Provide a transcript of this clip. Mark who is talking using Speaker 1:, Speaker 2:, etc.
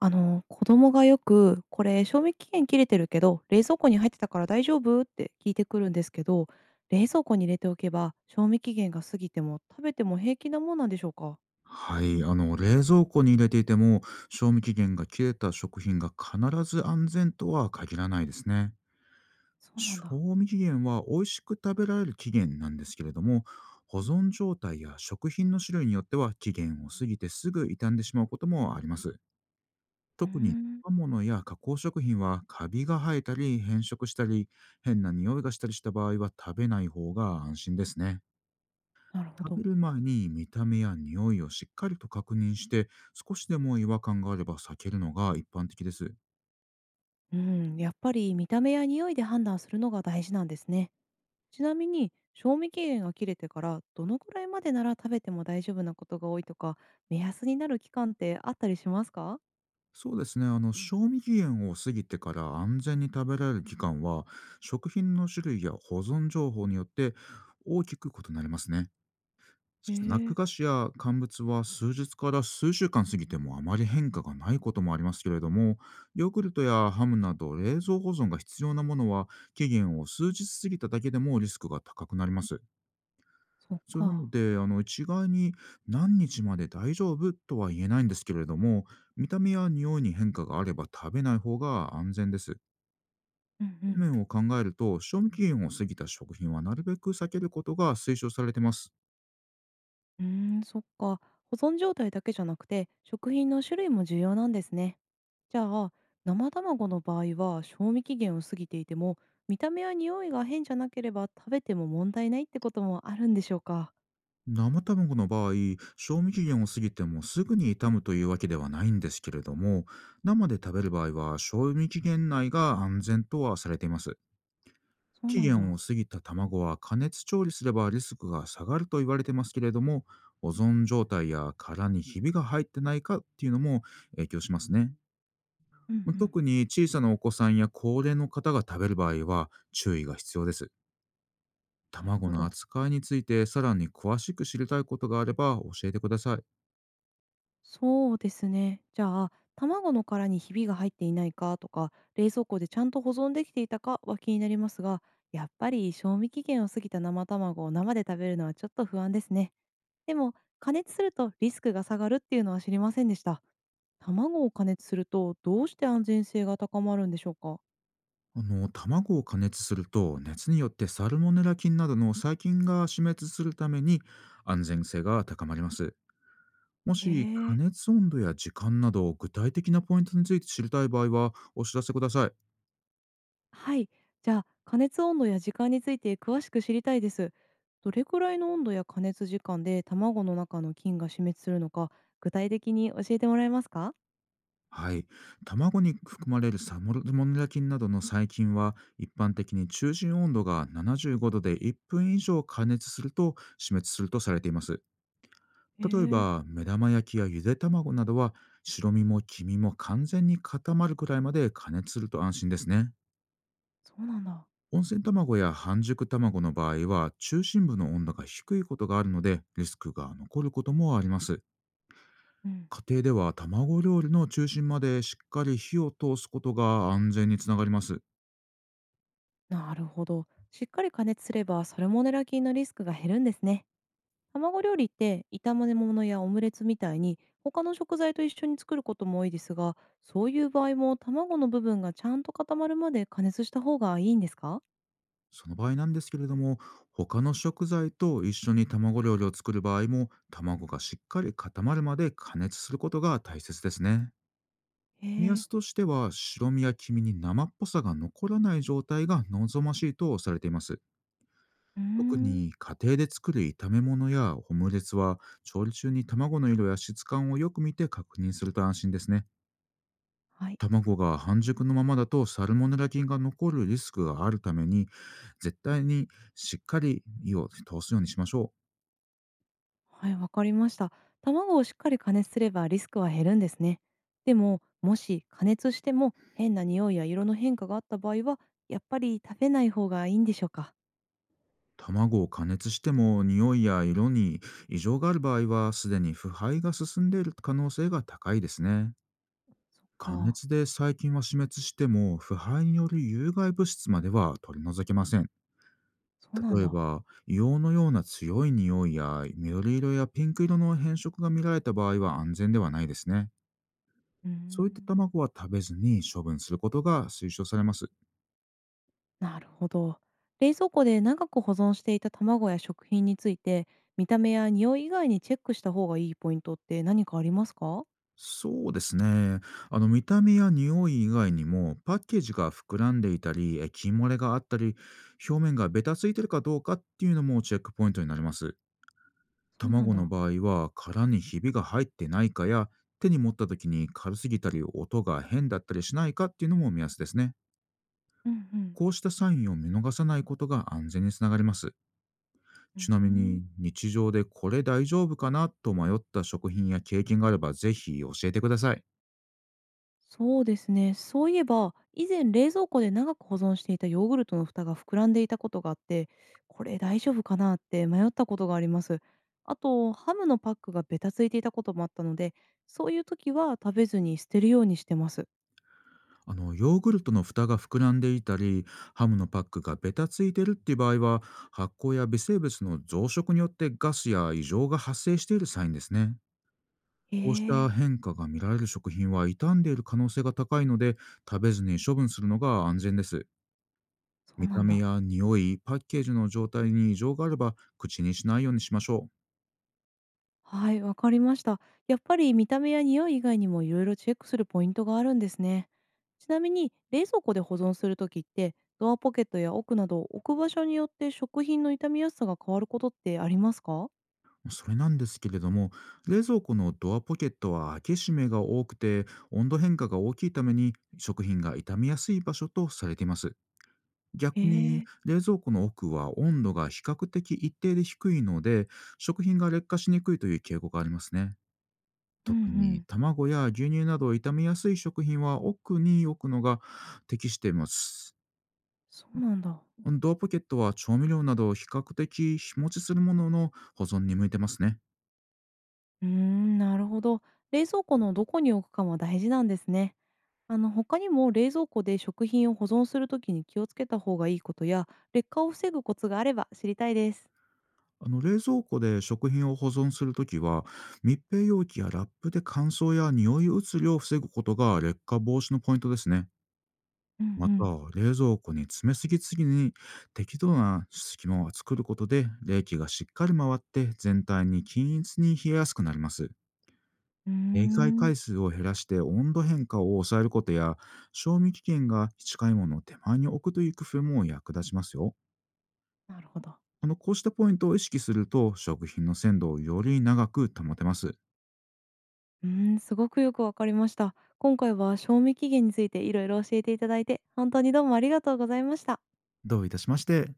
Speaker 1: 子供がよく「これ、賞味期限切れてるけど、冷蔵庫に入ってたから大丈夫？」って聞いてくるんですけど、冷蔵庫に入れておけば、賞味期限が過ぎても食べても平気なもんなんでしょうか？
Speaker 2: はい、冷蔵庫に入れていても賞味期限が切れた食品が必ず安全とは限らないですね。
Speaker 1: そうなんだ。
Speaker 2: 賞味期限は美味しく食べられる期限なんですけれども、保存状態や食品の種類によっては期限を過ぎてすぐ傷んでしまうこともあります。
Speaker 1: うー
Speaker 2: 特に
Speaker 1: ん、
Speaker 2: 刃物や加工食品はカビが生えたり変色したり変な匂いがしたりした場合は食べない方が安心ですね。
Speaker 1: なるほ
Speaker 2: 食
Speaker 1: ど。
Speaker 2: べる前に見た目や匂いをしっかりと確認して、少しでも違和感があれば避けるのが一般的です。
Speaker 1: うーん、やっぱり見た目や匂いで判断するのが大事なんですね。ちなみに、賞味期限が切れてから、どのくらいまでなら食べても大丈夫なことが多いとか、目安になる期間ってあったりしますか？
Speaker 2: そうですね、賞味期限を過ぎてから安全に食べられる期間は、食品の種類や保存情報によって大きく異なりますね。
Speaker 1: へ
Speaker 2: スナック
Speaker 1: え、
Speaker 2: 菓子や乾物は数日から数週間過ぎてもあまり変化がないこともありますけれども、ヨーグルトやハムなど冷蔵保存が必要なものは期限を数日過ぎただけでもリスクが高くなります。
Speaker 1: そっ
Speaker 2: それな
Speaker 1: か。
Speaker 2: ので、一概に何日まで大丈夫とは言えないんですけれども、見た目や匂いに変化があれば食べない方が安全です。
Speaker 1: うんうん。
Speaker 2: 面を考えると、賞味期限を過ぎた食品はなるべく避けることが推奨されています。
Speaker 1: うーん、そっか。保存状態だけじゃなくて、食品の種類も重要なんですね。じゃあ、生卵の場合は賞味期限を過ぎていても、見た目や匂いが変じゃなければ食べても問題ないってこともあるんでしょうか。
Speaker 2: 生卵の場合、賞味期限を過ぎてもすぐに傷むというわけではないんですけれども、生で食べる場合は賞味期限内が安全とはされています。
Speaker 1: そう
Speaker 2: 期
Speaker 1: なん
Speaker 2: 限
Speaker 1: だ。
Speaker 2: を過ぎた卵は加熱調理すればリスクが下がると言われてますけれども、保存状態や殻にひびが入ってないかっていうのも影響しますね。
Speaker 1: うんうん。
Speaker 2: 特に小さなお子さんや高齢の方が食べる場合は注意が必要です。
Speaker 1: なる
Speaker 2: 卵
Speaker 1: ほ
Speaker 2: の
Speaker 1: ど。
Speaker 2: 扱いについてさらに詳しく知りたいことがあれば教えてください。
Speaker 1: そうですね。じゃあ、卵の殻にひびが入っていないかとか、冷蔵庫でちゃんと保存できていたかは気になりますが、やっぱり賞味期限を過ぎた生卵を生で食べるのはちょっと不安ですね。でも、加熱するとリスクが下がるっていうのは知りませんでした。卵を加熱するとどうして安全性が高まるんでしょうか？
Speaker 2: 卵を加熱すると熱によってサルモネラ菌などの細菌が死滅するために、安全性が高まります。も
Speaker 1: へ
Speaker 2: し加
Speaker 1: え、
Speaker 2: 熱温度や時間など具体的なポイントについて知りたい場合はお知らせください。
Speaker 1: はい。じゃあ、加熱温度や時間について詳しく知りたいです。どれくらいの温度や加熱時間で卵の中の菌が死滅するのか、具体的に教えてもらえますか？
Speaker 2: はい。卵に含まれるサモネラ菌などの細菌は一般的に中心温度が75度で1分以上加熱すると死滅するとされています。
Speaker 1: へ
Speaker 2: 例え
Speaker 1: え、
Speaker 2: ば目玉焼きやゆで卵などは白身も黄身も完全に固まるくらいまで加熱すると安心ですね。
Speaker 1: そうなんだ。
Speaker 2: 温泉卵や半熟卵の場合は中心部の温度が低いことがあるのでリスクが残ることもあります。
Speaker 1: うん。
Speaker 2: 家庭では卵料理の中心までしっかり火を通すことが安全につながります。
Speaker 1: なるほど。しっかり加熱すればサルモネラ菌のリスクが減るんですね。卵料理って炒め物やオムレツみたいに他の食材と一緒に作ることも多いですが、そういう場合も卵の部分がちゃんと固まるまで加熱した方がいいんですか？
Speaker 2: その場合なんですけれども、他の食材と一緒に卵料理を作る場合も卵がしっかり固まるまで加熱することが大切ですね。
Speaker 1: へ
Speaker 2: 目
Speaker 1: え、
Speaker 2: 安としては白身や黄身に生っぽさが残らない状態が望ましいとされています。
Speaker 1: うー
Speaker 2: 特
Speaker 1: ん、
Speaker 2: に家庭で作る炒め物やオムレツは調理中に卵の色や質感をよく見て確認すると安心ですね。
Speaker 1: はい。
Speaker 2: 卵が半熟のままだとサルモネラ菌が残るリスクがあるために、絶対にしっかり火を通すようにしましょう。
Speaker 1: はい、わかりました。卵をしっかり加熱すればリスクは減るんですね。でも、もし加熱しても変な匂いや色の変化があった場合は、やっぱり食べない方がいいんでしょうか？
Speaker 2: 卵を加熱しても匂いや色に異常がある場合はすでに腐敗が進んでいる可能性が高いですね。
Speaker 1: そっ
Speaker 2: 加
Speaker 1: か。
Speaker 2: 熱で細菌は死滅しても腐敗による有害物質までは取り除けません。
Speaker 1: そうなん
Speaker 2: 例え
Speaker 1: だ。
Speaker 2: ば、硫黄のような強い匂いや緑色やピンク色の変色が見られた場合は安全ではないですね。
Speaker 1: うー
Speaker 2: そういった
Speaker 1: ん、
Speaker 2: 卵は食べずに処分することが推奨されます。
Speaker 1: なるほど。冷蔵庫で長く保存していた卵や食品について、見た目や匂い以外にチェックした方がいいポイントって何かありますか？
Speaker 2: そうですね。見た目や匂い以外にもパッケージが膨らんでいたり、液漏れがあったり、表面がベタついてるかどうかっていうのもチェックポイントになります。
Speaker 1: そうなん
Speaker 2: 卵の
Speaker 1: だ。
Speaker 2: 場合は殻にひびが入ってないかや、手に持った時に軽すぎたり音が変だったりしないかっていうのも目安ですね。
Speaker 1: うんうん。
Speaker 2: こうしたサインを見逃さないことが安全につながります。
Speaker 1: うー
Speaker 2: ちなみ
Speaker 1: ん、
Speaker 2: に日常でこれ大丈夫かなと迷った食品や経験があればぜひ教えてください。
Speaker 1: そうですね。そういえば、以前冷蔵庫で長く保存していたヨーグルトの蓋が膨らんでいたことがあって、これ大丈夫かなって迷ったことがあります。あと、ハムのパックがベタついていたこともあったので、そういう時は食べずに捨てるようにしてます。
Speaker 2: ヨーグルトの蓋が膨らんでいたりハムのパックがベタついてるっていう場合は、発酵や微生物の増殖によってガスや異常が発生しているサインですね。
Speaker 1: へ
Speaker 2: こうした
Speaker 1: え、
Speaker 2: 変化が見られる食品は傷んでいる可能性が高いので、食べずに処分するのが安全です。
Speaker 1: そう
Speaker 2: 見
Speaker 1: な
Speaker 2: た
Speaker 1: ん
Speaker 2: 目
Speaker 1: だ。
Speaker 2: や匂い、パッケージの状態に異常があれば口にしないようにしましょ
Speaker 1: はい、わかりました。やっぱり見た目や匂い以外にもいろいろチェックするポイントがあるんですね。ちなみに冷蔵庫で保存するときってドアポケットや奥など置く場所によって食品の傷みやすさが変わることってありますか？
Speaker 2: う。それなんですけれども、冷蔵庫のドアポケットは開け閉めが多くて、温度変化が大きいために食品が傷みやすい場所とされています。
Speaker 1: へ
Speaker 2: 逆に
Speaker 1: え、
Speaker 2: 冷蔵庫の奥は温度が比較的一定で低いので、食品が劣化しにくいという傾向がありますね。
Speaker 1: うんう
Speaker 2: 特に
Speaker 1: ん、
Speaker 2: 卵や牛乳など傷みやすい食品は奥に置くのが適しています。
Speaker 1: そうなんだ。
Speaker 2: ドアポケットは調味料など比較的日持ちするものの保存に向いてますね。
Speaker 1: うーん、なるほど。冷蔵庫のどこに置くかも大事なんですね。他にも冷蔵庫で食品を保存するときに気をつけた方がいいことや劣化を防ぐコツがあれば知りたいです。
Speaker 2: 冷蔵庫で食品を保存するときは、密閉容器やラップで乾燥や匂い移りを防ぐことが劣化防止のポイントですね。
Speaker 1: うんう
Speaker 2: また、
Speaker 1: ん。
Speaker 2: 冷蔵庫に詰めすぎすぎに適度な隙間を作ることで冷気がしっかり回って全体に均一に冷えやすくなります。
Speaker 1: うー
Speaker 2: 閉会
Speaker 1: ん、
Speaker 2: 回数を減らして温度変化を抑えることや、賞味期限が近いものを手前に置くという工夫も役立ちますよ。
Speaker 1: なるほど。
Speaker 2: こうしたポイントを意識すると、食品の鮮度をより長く保てます。
Speaker 1: うーん、すごくよくわかりました。今回は賞味期限についていろいろ教えていただいて、本当にどうもありがとうございました。
Speaker 2: どういたしまして。